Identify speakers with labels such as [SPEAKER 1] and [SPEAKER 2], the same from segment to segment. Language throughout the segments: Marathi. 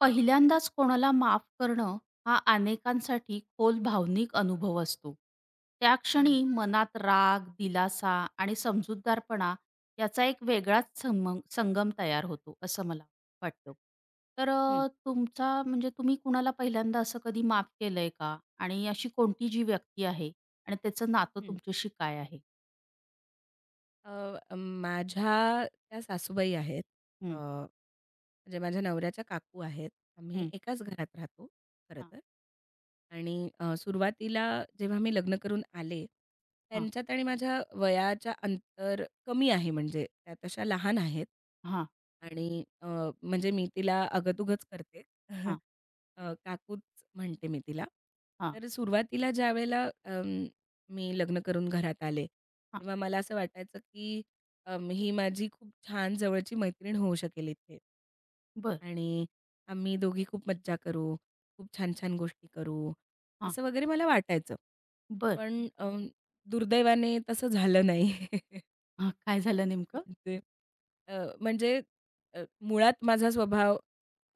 [SPEAKER 1] पहिल्यांदाच कोणाला माफ करणं हा अनेकांसाठी खोल भावनिक अनुभव असतो. त्या
[SPEAKER 2] हं.
[SPEAKER 1] क्षणी मनात राग, दिलासा आणि समजूतदारपणा याचा एक वेगळाच संगम तयार होतो, असं मला वाटतं. तर
[SPEAKER 2] हं,
[SPEAKER 1] तुमचा म्हणजे तुम्ही कुणाला पहिल्यांदा असं कधी माफ केलंय का? आणि अशी कोणती जी व्यक्ती आहे आणि त्याचं नातं
[SPEAKER 2] हं.
[SPEAKER 1] तुमच्याशी काय आहे?
[SPEAKER 2] माझ्या त्या सासूबाई आहेत. अ,
[SPEAKER 1] हं,
[SPEAKER 2] म्हणजे माझ्या नवऱ्याच्या काकू आहेत. आम्ही
[SPEAKER 1] हं.
[SPEAKER 2] एकाच घरात राहतो खरं
[SPEAKER 1] हां,
[SPEAKER 2] तर. आणि सुरुवातीला जेव्हा मी लग्न करून आले,
[SPEAKER 1] हां,
[SPEAKER 2] त्यांच्यात आणि माझ्या वयाच्या अंतर कमी आहे म्हणजे त्या तशा लहान आहेत.
[SPEAKER 1] हां,
[SPEAKER 2] आणि म्हणजे मी तिला अगं-तुगंच करते.
[SPEAKER 1] हां,
[SPEAKER 2] काकूच म्हणते मी तिला.
[SPEAKER 1] हां,
[SPEAKER 2] तर सुरुवातीला ज्यावेळेला मी लग्न करून घरात आले,
[SPEAKER 1] हां.
[SPEAKER 2] तेव्हा मला असं वाटायचं की ही माझी खूप छान जवळची मैत्रीण होऊ शकेल इथे.
[SPEAKER 1] बरं.
[SPEAKER 2] आणि आम्ही दोघी खूप मज्जा करू, खूप छान-छान गोष्टी करू,
[SPEAKER 1] हां,
[SPEAKER 2] असं वगैरे मला वाटायचं.
[SPEAKER 1] बरं.
[SPEAKER 2] पण दुर्दैवाने तसं झालं नाही.
[SPEAKER 1] हां, काय झालं नेमकं?
[SPEAKER 2] म्हणजे अ, म्हणजे अ, मुळात माझा स्वभाव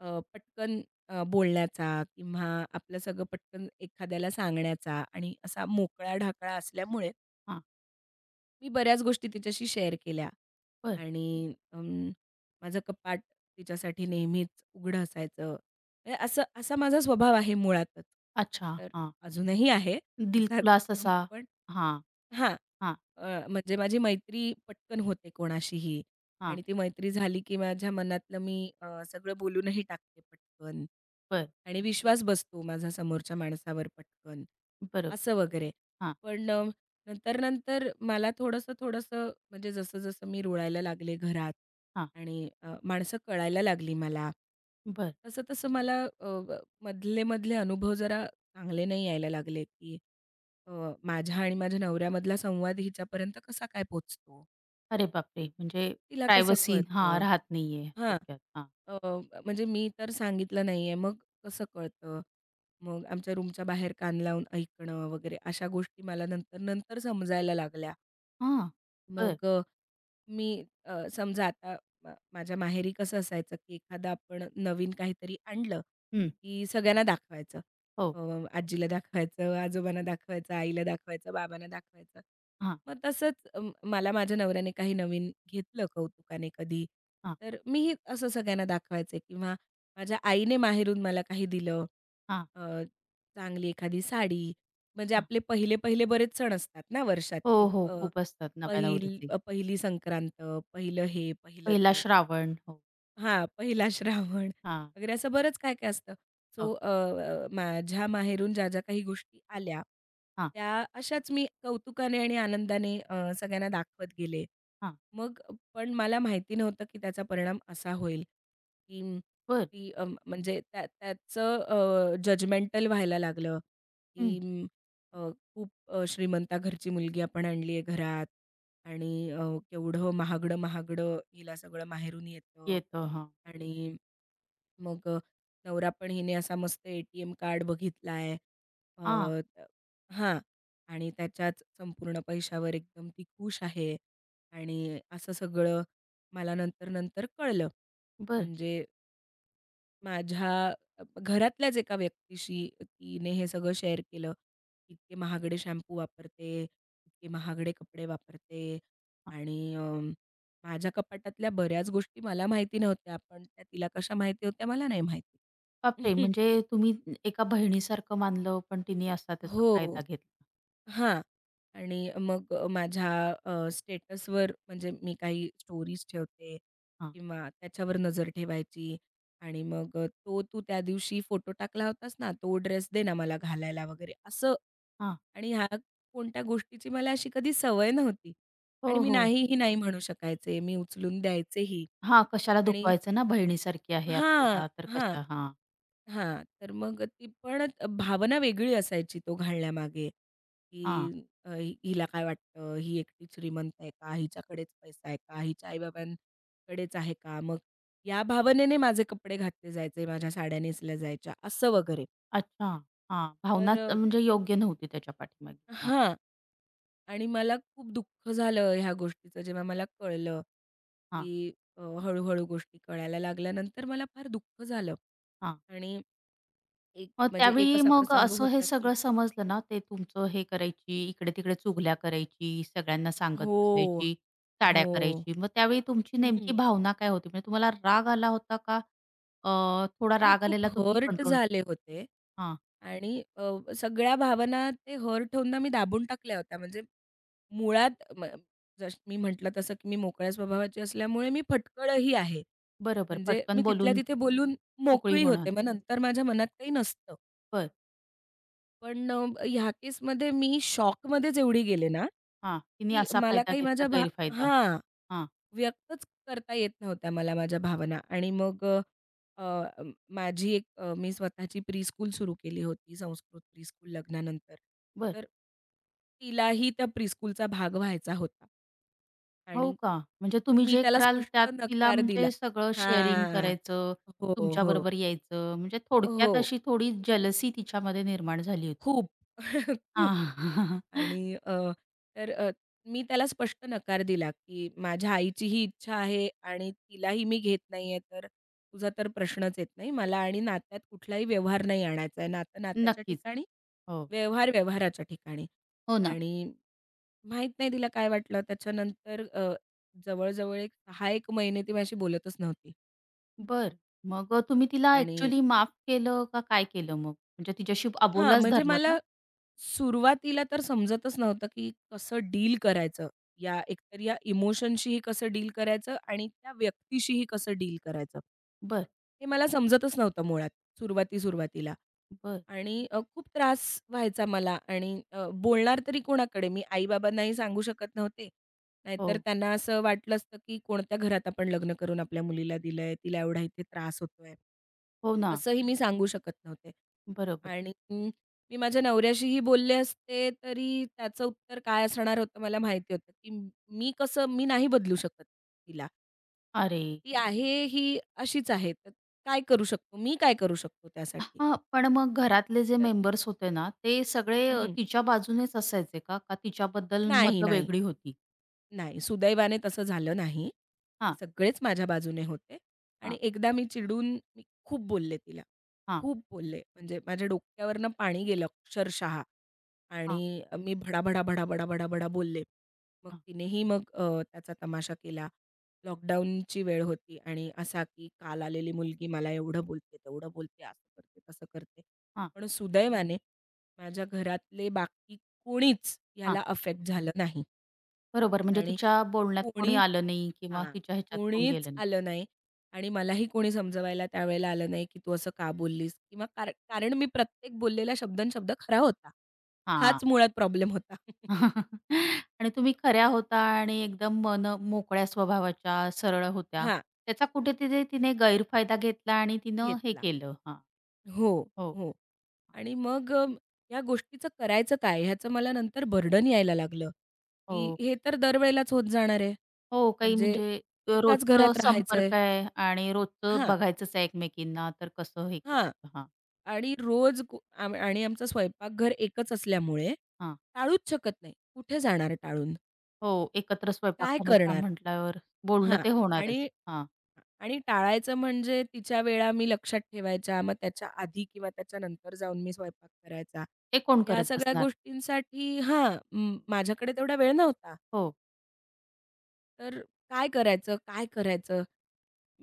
[SPEAKER 2] पटकन बोलण्याचा किंवा आपलं सगळं पटकन एखाद्याला सांगण्याचा आणि असा मोकळा-ढाकळा असल्यामुळे
[SPEAKER 1] हां,
[SPEAKER 2] मी बऱ्याच गोष्टी तिच्याशी शेअर केल्या
[SPEAKER 1] बरं.
[SPEAKER 2] आणि माझं कपाट तिच्यासाठी नेहमीच उघडं असायचं. म्हणजे असं असा माझा स्वभाव आहे मुळातच.
[SPEAKER 1] अच्छा,
[SPEAKER 2] तर
[SPEAKER 1] हां.
[SPEAKER 2] अजूनही आहे तसाच.
[SPEAKER 1] दिलखुलास असा
[SPEAKER 2] पण
[SPEAKER 1] हां,
[SPEAKER 2] हां.
[SPEAKER 1] हां,
[SPEAKER 2] म्हणजे माझी मैत्री पटकन होते कोणाशीही
[SPEAKER 1] हां.
[SPEAKER 2] आणि ती मैत्री झाली की माझ्या मनातलं मी सगळं बोलूनही टाकते पटकन
[SPEAKER 1] बरं,
[SPEAKER 2] आणि विश्वास बसतो माझा समोरच्या माणसावर पटकन,
[SPEAKER 1] बरोबर.
[SPEAKER 2] असं वगैरे.
[SPEAKER 1] हां,
[SPEAKER 2] पण नंतर-नंतर मला थोडंसं-थोडंसं म्हणजे जसं-जसं मी रुळायला लागले घरात
[SPEAKER 1] हां.
[SPEAKER 2] आणि माणसं कळायला लागली मला,
[SPEAKER 1] बरं.
[SPEAKER 2] तसं-तसं मला मधले-मधले अनुभव जरा चांगले नाही यायला लागले, की अ, माझ्या आणि माझ्या नवऱ्यामधला संवाद हिच्यापर्यंत कसा काय पोहोचतो?
[SPEAKER 1] अरे बापरे! म्हणजे
[SPEAKER 2] तिला कसं
[SPEAKER 1] प्रायव्हसी हां,
[SPEAKER 2] कळतं?
[SPEAKER 1] राहत नाहीये
[SPEAKER 2] हां.
[SPEAKER 1] थोडक्यात. हां,
[SPEAKER 2] अ, म्हणजे मी तर सांगितलं नाहीये, मग कसं कळतं? मग आमच्या रूमच्या बाहेर कान लावून ऐकणं वगैरे अशा गोष्टी मला नंतर, नंतर समजायला लागल्या.
[SPEAKER 1] हां. बरं.
[SPEAKER 2] मग मी समजा आता माझ्या माहेरी कसं असायचं, की एखादं आपण नवीन काहीतरी आणलं,
[SPEAKER 1] हं.
[SPEAKER 2] की सगळ्यांना दाखवायचं.
[SPEAKER 1] हो.
[SPEAKER 2] अ, आजीला दाखवायचं, आजोबांना दाखवायचं, आईला दाखवायचं, बाबांना दाखवायचं.
[SPEAKER 1] हां,
[SPEAKER 2] मग तसंच मला माझ्या नवऱ्याने काही नवीन घेतलं कौतुकाने कधी,
[SPEAKER 1] हां,
[SPEAKER 2] तर मीही असं सगळ्यांना दाखवायचं किंवा माझ्या आईने माहेरून मला काही दिलं,
[SPEAKER 1] हां,
[SPEAKER 2] अ, चांगली एखादी साडी, म्हणजे
[SPEAKER 1] हां.
[SPEAKER 2] आपले पहिले-पहिले बरेच सण असतात ना वर्षात,
[SPEAKER 1] हो,
[SPEAKER 2] की
[SPEAKER 1] हो. खूप असतात नव्या नवरीचे.
[SPEAKER 2] पहिली संक्रांत, पहिलं हे, पहिलं
[SPEAKER 1] पहिला
[SPEAKER 2] ते.
[SPEAKER 1] श्रावण. हो.
[SPEAKER 2] हां, पहिला श्रावण
[SPEAKER 1] हां,
[SPEAKER 2] वगैरे असं बरंच काय-काय असतं.
[SPEAKER 1] हो.
[SPEAKER 2] सो अ, अ, माझ्या माहेरून ज्या काही गोष्टी आल्या,
[SPEAKER 1] हां,
[SPEAKER 2] त्या अशाच मी कौतुकाने आणि आनंदाने सगळ्यांना दाखवत गेले.
[SPEAKER 1] हां.
[SPEAKER 2] मग पण मला माहिती नव्हतं, की त्याचा परिणाम असा होईल, की
[SPEAKER 1] बरं.
[SPEAKER 2] ती म्हणजे त्याचं जजमेंटल व्हायला लागलं,
[SPEAKER 1] हं.
[SPEAKER 2] की अ, खूप श्रीमंता घरची मुलगी आपण आणली आहे घरात आणि केवढं महागडं-महागडं हिला सगळं माहेरून येतं
[SPEAKER 1] येतो. हां,
[SPEAKER 2] आणि मग नवरा पण हिने असा मस्त ए-टी-एम कार्ड बघितला आहे.
[SPEAKER 1] हां.
[SPEAKER 2] हां. आणि त्याच्याच संपूर्ण पैशावर एकदम ती खुश आहे. आणि असं सगळं मला नंतर-नंतर कळलं.
[SPEAKER 1] बरं.
[SPEAKER 2] म्हणजे माझ्या घरातल्याच एका व्यक्तीशी तिने हे सगळं शेअर केलं. इतके महागडे शॅम्पू वापरते, इतके महागडे कपडे वापरते
[SPEAKER 1] हां.
[SPEAKER 2] आणि माझ्या कपाटातल्या बऱ्याच गोष्टी मला माहिती नव्हत्या, पण त्या तिला कशा माहिती होत्या मला नाही माहिती.
[SPEAKER 1] बापरे! म्हणजे तुम्ही एका बहिणीसारखं मानलं, पण तिने असा त्याचा
[SPEAKER 2] हो.
[SPEAKER 1] फायदा घेतला.
[SPEAKER 2] हां. आणि मग माझ्या स्टेटसवर म्हणजे मी काही स्टोरीज ठेवते
[SPEAKER 1] हां,
[SPEAKER 2] किंवा त्याच्यावर नजर ठेवायची आणि मग "तो तू त्या दिवशी फोटो टाकला होतास ना, तो ड्रेस दे ना मला घालायला" वगैरे असं.
[SPEAKER 1] हां.
[SPEAKER 2] आणि ह्या कोणत्या गोष्टीची मला अशी कधी सवय नव्हती आणि
[SPEAKER 1] हो,
[SPEAKER 2] मी
[SPEAKER 1] हो.
[SPEAKER 2] नाही म्हणू शकायचे. मी उचलून द्यायचेही
[SPEAKER 1] हां, कशाला
[SPEAKER 2] आणि
[SPEAKER 1] दुखवायचं ना, बहिणीसारखी आहे
[SPEAKER 2] हां,
[SPEAKER 1] आपल्याला, तर
[SPEAKER 2] हां.
[SPEAKER 1] कशा हां,
[SPEAKER 2] हां, तर मग ती पण भावना वेगळी असायची तो घालण्यामागे, की
[SPEAKER 1] हां.
[SPEAKER 2] हिला काय वाटतं, ही एकटी श्रीमंत आहे का? हिच्याकडेच पैसा आहे का? हिच्या आई-बाबांकडेच आहे का? मग या भावनेने माझे कपडे घातले जायचे, माझ्या साड्या नेसल्या जायच्या असं वगैरे.
[SPEAKER 1] अच्छा, हां.
[SPEAKER 2] तर
[SPEAKER 1] भावनाच
[SPEAKER 2] अ,
[SPEAKER 1] म्हणजे योग्य नव्हती त्याच्या पाठीमागे. हां,
[SPEAKER 2] हां. आणि मला खूप दुःख झालं ह्या गोष्टीचं जेव्हा मला कळलं,
[SPEAKER 1] हां,
[SPEAKER 2] की हळू-हळू गोष्टी कळायला लागल्यानंतर मला फार दुःख झालं
[SPEAKER 1] हां.
[SPEAKER 2] आणि एक
[SPEAKER 1] मग
[SPEAKER 2] म्हणजे एक
[SPEAKER 1] त्यावेळी
[SPEAKER 2] असा
[SPEAKER 1] मग
[SPEAKER 2] प्रसंग
[SPEAKER 1] असं हे
[SPEAKER 2] होता की
[SPEAKER 1] सगळं समजलं ना, ते तुमचं हे करायची, इकडे-तिकडे चुगल्या करायची, सगळ्यांना सांगत
[SPEAKER 2] हो.
[SPEAKER 1] बसायची, टाड्या
[SPEAKER 2] हो.
[SPEAKER 1] करायची. मग त्यावेळी तुमची नेमकी
[SPEAKER 2] हं.
[SPEAKER 1] भावना काय होती? म्हणजे तुम्हाला राग आला होता का? अ, थोडा
[SPEAKER 2] मी
[SPEAKER 1] राग
[SPEAKER 2] खूप
[SPEAKER 1] आलेला तुम्ही
[SPEAKER 2] हर्ट
[SPEAKER 1] कंट्रोल
[SPEAKER 2] झाले होते
[SPEAKER 1] हां,
[SPEAKER 2] आणि सगळ्या भावना ते हर्ट होऊन ना मी दाबून टाकल्या होत्या. म्हणजे मुळात म जसं मी म्हटलं तसं की मी मोकळ्या स्वभावाची असल्यामुळे मी फटकळही आहे.
[SPEAKER 1] बरोबर.
[SPEAKER 2] म्हणजे मी
[SPEAKER 1] पटकन
[SPEAKER 2] तिथल्या
[SPEAKER 1] बोलून
[SPEAKER 2] तिथे बोलून
[SPEAKER 1] मोकळी
[SPEAKER 2] मोकळी
[SPEAKER 1] होणार.
[SPEAKER 2] होते. मग नंतर माझ्या मनात काही नसतं.
[SPEAKER 1] बरं.
[SPEAKER 2] पण ह्या केसमध्ये मी शॉकमध्येच एवढी गेले ना,
[SPEAKER 1] हां, तिने
[SPEAKER 2] की
[SPEAKER 1] असा
[SPEAKER 2] मला
[SPEAKER 1] फायदा
[SPEAKER 2] काही
[SPEAKER 1] घेतला
[SPEAKER 2] माझ्या भा
[SPEAKER 1] गैरफायदा.
[SPEAKER 2] हां.
[SPEAKER 1] हां,
[SPEAKER 2] व्यक्तच करता येत नव्हत्या मला माझ्या भावना आणि मग अ, अ, माझी मी स्वतःची प्रीस्कूल सुरू केली होती, संस्कृत प्रीस्कूल लग्नानंतर.
[SPEAKER 1] बरं.
[SPEAKER 2] तर तिलाही त्या प्रीस्कूलचा भाग व्हायचा होता.
[SPEAKER 1] हो
[SPEAKER 2] आणि
[SPEAKER 1] का? म्हणजे तुम्ही
[SPEAKER 2] मी
[SPEAKER 1] जे
[SPEAKER 2] त्याला
[SPEAKER 1] कराल
[SPEAKER 2] स्पष्ट
[SPEAKER 1] त्यात तिला
[SPEAKER 2] नकार दिला.
[SPEAKER 1] म्हणजे सगळं शेअरिंग
[SPEAKER 2] हां.
[SPEAKER 1] करायचं,
[SPEAKER 2] हो, हो.
[SPEAKER 1] तुमच्याबरोबर यायचं, म्हणजे
[SPEAKER 2] हो.
[SPEAKER 1] थोडक्यात अशी थोडी जेलसी तिच्यामध्ये निर्माण झाली होती.
[SPEAKER 2] खूप. खूप.
[SPEAKER 1] हां.
[SPEAKER 2] आणि अ, तर अ, मी त्याला स्पष्ट नकार दिला, की माझ्या आईची ही इच्छा आहे आणि तिलाही मी घेत नाहीये, तर तुझा तर प्रश्नच येत नाही. मला आणि नात्यात कुठलाही व्यवहार नाही आणायचा आहे. नातं नात्याच्या
[SPEAKER 1] नक्कीच.
[SPEAKER 2] ठिकाणी,
[SPEAKER 1] हो.
[SPEAKER 2] व्यवहार व्यवहाराच्या ठिकाणी.
[SPEAKER 1] हो ना.
[SPEAKER 2] आणि माहीत नाही तिला काय वाटलं. त्याच्यानंतर जवळ एक 6 एक महिने ती माझ्याशी बोलतच नव्हती.
[SPEAKER 1] बर, मग तुम्ही तिला
[SPEAKER 2] आणि
[SPEAKER 1] ॲक्चुअली माफ केलं का काय केलं मग? म्हणजे तिच्याशी
[SPEAKER 2] हां,
[SPEAKER 1] अबोलाच
[SPEAKER 2] म्हणजे
[SPEAKER 1] धरला का?
[SPEAKER 2] मला सुरुवातीला तर समजतच नव्हतं, की कसं डील करायचं. या इमोशनशीही कसं डील करायचं आणि त्या व्यक्तीशीही कसं डील करायचं.
[SPEAKER 1] बरं,
[SPEAKER 2] हे मला समजतच नव्हतं मुळात सुरुवाती-सुरुवातीला
[SPEAKER 1] बरं.
[SPEAKER 2] आणि खूप त्रास व्हायचा मला आणि बोलणार तरी कोणाकडे? मी आई सांगू शकत नव्हते.
[SPEAKER 1] हो.
[SPEAKER 2] नाहीतर त्यांना असं वाटलं असतं, की कोणत्या घरात आपण लग्न करून आपल्या मुलीला दिलंय, तिला एवढा इथे त्रास होतोय.
[SPEAKER 1] हो ना.
[SPEAKER 2] असंही मी सांगू शकत नव्हते.
[SPEAKER 1] बरोबर.
[SPEAKER 2] आणि मी माझ्या नवऱ्याशीही बोलले असते, तरी त्याचं उत्तर काय असणार होतं मला माहिती होतं, की मी नाही बदलू शकत तिला.
[SPEAKER 1] अरे!
[SPEAKER 2] ती आहे ही अशीच आहे. तर काय करू शकतो? मी काय करू शकतो त्यासाठी?
[SPEAKER 1] हां, पण मग घरातले जे
[SPEAKER 2] तर
[SPEAKER 1] मेंबर्स होते ना, ते सगळे
[SPEAKER 2] हं,
[SPEAKER 1] तिच्या बाजूनेच असायचे का? का तिच्याबद्दल
[SPEAKER 2] नाही,
[SPEAKER 1] मतं
[SPEAKER 2] नाही,
[SPEAKER 1] वेगळी होती?
[SPEAKER 2] नाही. सुदैवाने तसं झालं नाही. ते
[SPEAKER 1] हां,
[SPEAKER 2] सगळेच माझ्या बाजूने होते
[SPEAKER 1] हां,
[SPEAKER 2] आणि एकदा चिडून मी खूप बोलले तिला.
[SPEAKER 1] हां,
[SPEAKER 2] खूप बोलले. म्हणजे माझ्या डोक्यावरनं पाणी गेलं अक्षरशः.
[SPEAKER 1] हां,
[SPEAKER 2] आणि मी भडा भडा भडा भडा भडा भडा बोलले. मग
[SPEAKER 1] हां,
[SPEAKER 2] तिनेही त्याचा तमाशा केला. लॉकडाऊनची वेळ होती आणि असा की काल आलेली मुलगी मला एवढं बोलते, तेवढं बोलते, असं करते, तसं करते.
[SPEAKER 1] हां,
[SPEAKER 2] पण सुदैवाने माझ्या घरातले बाकी कोणीच
[SPEAKER 1] हां.
[SPEAKER 2] ह्याला अफेक्ट झालं नाही.
[SPEAKER 1] बरोबर, म्हणजे
[SPEAKER 2] आणि
[SPEAKER 1] तिच्या बोलण्यात कोणी
[SPEAKER 2] कोणीच
[SPEAKER 1] आलं नाही किंवा
[SPEAKER 2] हां.
[SPEAKER 1] तिच्या ह्याच्यात कोण
[SPEAKER 2] कोणीच
[SPEAKER 1] गेलं नाही.
[SPEAKER 2] आलं नाही आणि मलाही कोणी समजवायला त्यावेळेला आलं नाही, की "तू असं का बोललीस?" किंवा कारण मी प्रत्येक बोललेला शब्दनशब्द खरा होता.
[SPEAKER 1] हां.
[SPEAKER 2] हाच मुळात प्रॉब्लेम होता.
[SPEAKER 1] आणि तुम्ही खऱ्या होता आणि एकदम मन मोकळ्या स्वभावाच्या, सरळ होत्या.
[SPEAKER 2] हां,
[SPEAKER 1] त्याचा कुठेतरी तिने तिने गैरफायदा घेतला आणि तिनं हे
[SPEAKER 2] घेतला.
[SPEAKER 1] केलं. हां.
[SPEAKER 2] हो,
[SPEAKER 1] हो,
[SPEAKER 2] हो. आणि मग या गोष्टीचं करायचं काय? ह्याचं मला नंतर बर्डन यायला लागलं, की
[SPEAKER 1] हो.
[SPEAKER 2] हे तर दरवेळेलाच होत जाणार आहे.
[SPEAKER 1] हो, काही
[SPEAKER 2] म्हणजे
[SPEAKER 1] म्हणजे
[SPEAKER 2] एकाच
[SPEAKER 1] रोजचं
[SPEAKER 2] घरात राहायचंय.
[SPEAKER 1] संपर्क आहे आणि रोजचं
[SPEAKER 2] हां,
[SPEAKER 1] बघायचंच आहे एकमेकींना, तर कसं हे
[SPEAKER 2] हां.
[SPEAKER 1] करायचं? हां,
[SPEAKER 2] आणि रोज कु आम आणि आमचं स्वयंपाकघर एकच असल्यामुळे
[SPEAKER 1] हां.
[SPEAKER 2] टाळूच शकत नाही. कुठे जाणार टाळून?
[SPEAKER 1] हो, एकत्र स्वयंपाक
[SPEAKER 2] काय
[SPEAKER 1] करायचा
[SPEAKER 2] करणार?
[SPEAKER 1] म्हटल्यावर बोलणं
[SPEAKER 2] हां.
[SPEAKER 1] ते होणारच.
[SPEAKER 2] आणि
[SPEAKER 1] हां,
[SPEAKER 2] आणि टाळायचं म्हणजे तिच्या वेळा मी लक्षात ठेवायच्या. मग त्याच्या आधी किंवा त्याच्या नंतर जाऊन मी स्वयंपाक करायचा.
[SPEAKER 1] ते कोण
[SPEAKER 2] ह्या
[SPEAKER 1] करत
[SPEAKER 2] सगळ्या
[SPEAKER 1] बसणार?
[SPEAKER 2] गोष्टींसाठी हां, माझ्याकडे तेवढा वेळ नव्हता.
[SPEAKER 1] हो,
[SPEAKER 2] तर काय करायचं? काय करायचं?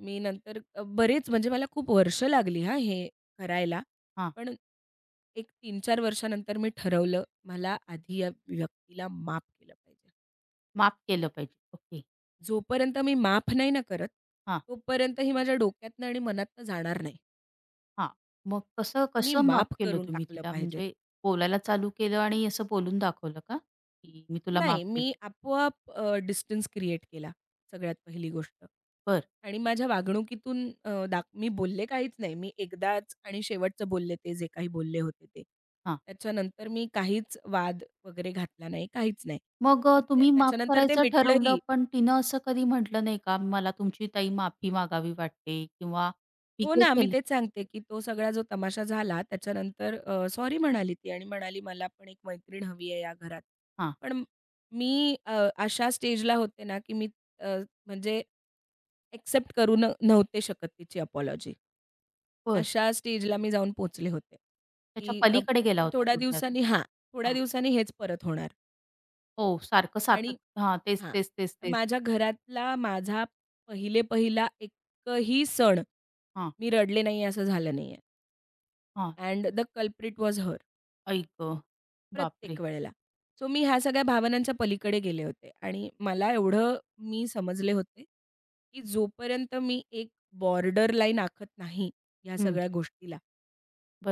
[SPEAKER 2] मी नंतर अ, बरेच म्हणजे मला खूप वर्ष लागली हां हे करायला.
[SPEAKER 1] हां,
[SPEAKER 2] पण एक 3-4 वर्षानंतर मी ठरवलं, मला आधी या व्यक्तीला माफ केलं पाहिजे.
[SPEAKER 1] माफ केलं पाहिजे. ओके.
[SPEAKER 2] जोपर्यंत मी माफ नाही ना करत,
[SPEAKER 1] हां,
[SPEAKER 2] तोपर्यंत ही माझ्या डोक्यातनं आणि मनातनं जाणार नाही.
[SPEAKER 1] हां. मग कसं
[SPEAKER 2] मी
[SPEAKER 1] कसं माफ
[SPEAKER 2] माफ
[SPEAKER 1] केलं
[SPEAKER 2] करून
[SPEAKER 1] तुम्ही
[SPEAKER 2] टाकलं
[SPEAKER 1] तिला?
[SPEAKER 2] पाहिजे.
[SPEAKER 1] म्हणजे बोलायला चालू केलं आणि असं बोलून दाखवलं का? की मी तुला माफ
[SPEAKER 2] नाही,
[SPEAKER 1] केलं?
[SPEAKER 2] मी आपोआप डिस्टन्स क्रिएट केला, सगळ्यात पहिली गोष्ट.
[SPEAKER 1] बरं.
[SPEAKER 2] आणि माझ्या वागणुकीतून अ, दाख मी बोलले काहीच नाही. मी एकदाच आणि शेवटचं बोलले ते जे काही बोलले होते ते.
[SPEAKER 1] हां.
[SPEAKER 2] त्याच्यानंतर मी काहीच वाद वगैरे घातला नाही, काहीच नाही.
[SPEAKER 1] मग
[SPEAKER 2] त्या
[SPEAKER 1] तुम्ही माफ
[SPEAKER 2] त्याच्यानंतर ते
[SPEAKER 1] करायचं ठरवलं,
[SPEAKER 2] मिटलंही.
[SPEAKER 1] पण तिनं असं कधी म्हटलं नाही का, "मला तुमची ताई माफी मागावी वाटते" किंवा "मी
[SPEAKER 2] हो
[SPEAKER 1] हे
[SPEAKER 2] ना, मी
[SPEAKER 1] केलं"
[SPEAKER 2] तेच सांगते, की तो सगळा जो तमाशा झाला त्याच्यानंतर सॉरी म्हणाली ती आणि म्हणाली, "मला पण एक मैत्रीण हवी आहे या घरात."
[SPEAKER 1] हां,
[SPEAKER 2] पण मी अशा स्टेजला होते ना, की मी अ, म्हणजे एक्सेप्ट करू न नव्हते शकत तिची अपॉलॉजी.
[SPEAKER 1] बरं.
[SPEAKER 2] अशा स्टेजला मी जाऊन पोचले होते,
[SPEAKER 1] त्याच्या
[SPEAKER 2] की
[SPEAKER 1] पलीकडे गेला होता
[SPEAKER 2] थोड्या
[SPEAKER 1] थोडक्यात.
[SPEAKER 2] दिवसांनी हां, थोड्या
[SPEAKER 1] हां.
[SPEAKER 2] दिवसांनी हेच परत होणार
[SPEAKER 1] हो, सारखं
[SPEAKER 2] आणि
[SPEAKER 1] सातत्य हां, तेच,
[SPEAKER 2] हां,
[SPEAKER 1] तेच, तेच, तेच.
[SPEAKER 2] माझ्या घरातला माझा पहिले-पहिला एकही सण
[SPEAKER 1] हां,
[SPEAKER 2] मी रडले नाही असं झालं नाहीये.
[SPEAKER 1] हां.
[SPEAKER 2] And the culprit was her.
[SPEAKER 1] आई गं!
[SPEAKER 2] प्रत्येक
[SPEAKER 1] बापरे!
[SPEAKER 2] वेळेला. सो मी ह्या सगळ्या भावनांच्या पलीकडे गेले होते आणि मला एवढं मी समजले होते, की जोपर्यंत मी एक बॉर्डर लाईन आखत नाही ह्या
[SPEAKER 1] हं,
[SPEAKER 2] सगळ्या गोष्टीला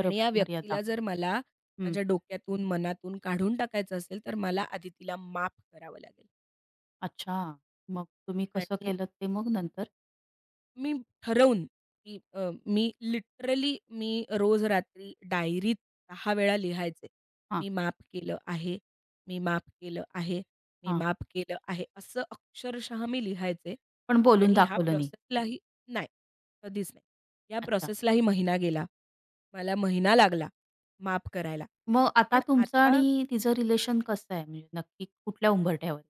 [SPEAKER 2] आणि या
[SPEAKER 1] मर्यादा.
[SPEAKER 2] व्यक्तीला जर मला
[SPEAKER 1] हं.
[SPEAKER 2] माझ्या डोक्यातून, मनातून काढून टाकायचं असेल, तर मला आधी तिला माफ करावं लागेल
[SPEAKER 1] अच्छा. मग तुम्ही कसं
[SPEAKER 2] आणि
[SPEAKER 1] केलंत ते मग नंतर?
[SPEAKER 2] मी ठरवून, की अ, मी लिटरली मी रोज रात्री डायरीत 10 वेळा लिहायचे.
[SPEAKER 1] हां,
[SPEAKER 2] मी माफ केलं आहे, मी माफ केलं आहे, मी
[SPEAKER 1] हां.
[SPEAKER 2] माफ केलं आहे. असं अक्षरशः मी लिहायचे
[SPEAKER 1] पण बोलून
[SPEAKER 2] आणि ह्या
[SPEAKER 1] दाखवलं नाही.
[SPEAKER 2] प्रोसेसलाही नाही, कधीच नाही. या
[SPEAKER 1] अच्छा.
[SPEAKER 2] प्रोसेसलाही महिना गेला. मला महिना लागला माफ करायला.
[SPEAKER 1] मग आता
[SPEAKER 2] पण
[SPEAKER 1] तुमचं
[SPEAKER 2] आता
[SPEAKER 1] आणि तिचं रिलेशन कसं आहे? म्हणजे नक्की कुठल्या उंबरठ्यावर?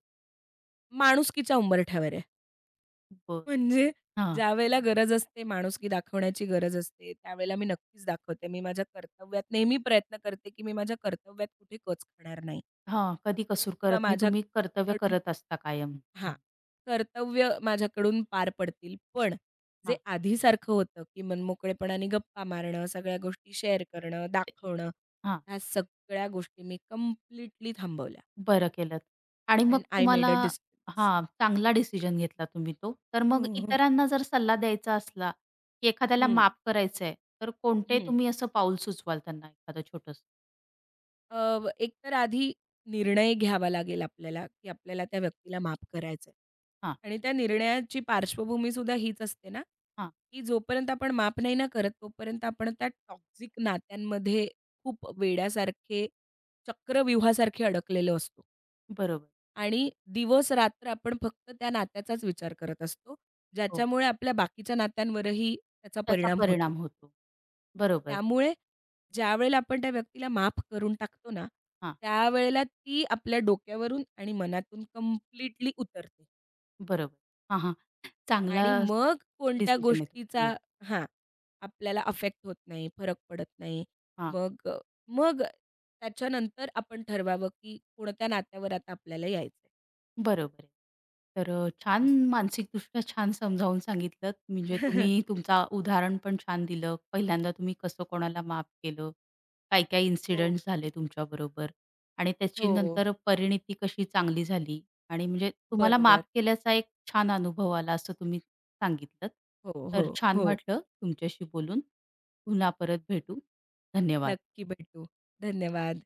[SPEAKER 2] माणुसकीच्या उंबरठ्यावर आहे.
[SPEAKER 1] आहे? बरं.
[SPEAKER 2] म्हणजे
[SPEAKER 1] हां,
[SPEAKER 2] ज्यावेळेला गरज असते माणुसकी दाखवण्याची गरज असते, त्यावेळेला मी नक्कीच दाखवते. मी माझ्या कर्तव्यात नेहमी प्रयत्न करते, की मी माझ्या कर्तव्यात कुठे कच खाणार नाही
[SPEAKER 1] हां. कधी कसूर
[SPEAKER 2] किंवा
[SPEAKER 1] करत नाही. तुम्ही कर्तव्य
[SPEAKER 2] माझ्याकडून
[SPEAKER 1] करत असता कायम.
[SPEAKER 2] हां,
[SPEAKER 1] हं.
[SPEAKER 2] कर्तव्य माझ्याकडून पार पडतील. पण जे
[SPEAKER 1] हां,
[SPEAKER 2] आधीसारखं होतं, की मनमोकळेपणाने गप्पा मारणं, सगळ्या गोष्टी शेअर करणं,
[SPEAKER 1] ते
[SPEAKER 2] दाखवणं,
[SPEAKER 1] हां,
[SPEAKER 2] ह्या सगळ्या गोष्टी मी कंप्लीटली थांबवल्या.
[SPEAKER 1] बरं केलंत आणि मग
[SPEAKER 2] अँड आय
[SPEAKER 1] तुम्हाला
[SPEAKER 2] मेड अ डिस्टन्स.
[SPEAKER 1] हां, चांगला डिसिजन घेतला तुम्ही तो. तर
[SPEAKER 2] हो,
[SPEAKER 1] मग
[SPEAKER 2] हो.
[SPEAKER 1] इतरांना जर सल्ला द्यायचा असला, की एखाद्याला
[SPEAKER 2] हं,
[SPEAKER 1] माफ करायचं आहे, तर कोणते
[SPEAKER 2] हं.
[SPEAKER 1] तुम्ही असं पाऊल सुचवाल त्यांना एखादं छोटंसं?
[SPEAKER 2] एक तर आधी निर्णय घ्यावा लागेल आपल्याला, की आपल्याला त्या व्यक्तीला माफ करायचंय.
[SPEAKER 1] हां,
[SPEAKER 2] आणि त्या निर्णयाची पार्श्वभूमीसुद्धा हीच असते ना,
[SPEAKER 1] हां,
[SPEAKER 2] की जोपर्यंत आपण माफ नाही ना करत, तोपर्यंत आपण त्या टॉक्सिक नात्यांमध्ये खूप वेड्यासारखे, चक्रव्यूहासारखे अडकलेलो असतो.
[SPEAKER 1] बरोबर.
[SPEAKER 2] आणि दिवस-रात्र आपण फक्त त्या नात्याचाच विचार करत असतो,
[SPEAKER 1] हो,
[SPEAKER 2] ज्याच्यामुळे आपल्या बाकीच्या नात्यांवरही त्याचा
[SPEAKER 1] त्याचा
[SPEAKER 2] परिणाम होतो.
[SPEAKER 1] परिणाम होतो. बरोबर.
[SPEAKER 2] त्यामुळे ज्यावेळेला आपण त्या व्यक्तीला माफ करून टाकतो ना,
[SPEAKER 1] हां,
[SPEAKER 2] त्यावेळेला ती आपल्या डोक्यावरून आणि मनातून कंप्लीटली उतरते
[SPEAKER 1] बरोबर. हां, हां. चांगला
[SPEAKER 2] आणि मग कोणत्या
[SPEAKER 1] डिसिजन आहे तो.
[SPEAKER 2] गोष्टीचा
[SPEAKER 1] हो,
[SPEAKER 2] हां, आपल्याला अफेक्ट होत नाही, फरक पडत नाही.
[SPEAKER 1] हां.
[SPEAKER 2] मग त्याच्यानंतर आपण ठरवावं, की कोणत्या नात्यावर आता आपल्याला यायचंय
[SPEAKER 1] बरोबर आहे. तर छान
[SPEAKER 2] असं.
[SPEAKER 1] मानसिकदृष्ट्या छान समजावून सांगितलंत. म्हणजे तुम्ही तुमचा उदाहरण पण छान दिलं. पहिल्यांदा तुम्ही कसं कोणाला माफ केलं. काय-काय
[SPEAKER 2] हो.
[SPEAKER 1] इन्सिडेंट झाले तुमच्याबरोबर आणि त्याची
[SPEAKER 2] हो,
[SPEAKER 1] नंतर परिणिती कशी चांगली झाली आणि म्हणजे तुम्हाला माफ
[SPEAKER 2] बरोबर.
[SPEAKER 1] केल्याचा एक छान अनुभव आला असं तुम्ही सांगितलंत.
[SPEAKER 2] हो, हो,
[SPEAKER 1] तर छान
[SPEAKER 2] हो.
[SPEAKER 1] वाटलं तुमच्याशी बोलून. पुन्हा परत भेटू. धन्यवाद.
[SPEAKER 2] नक्की भेटू. धन्यवाद.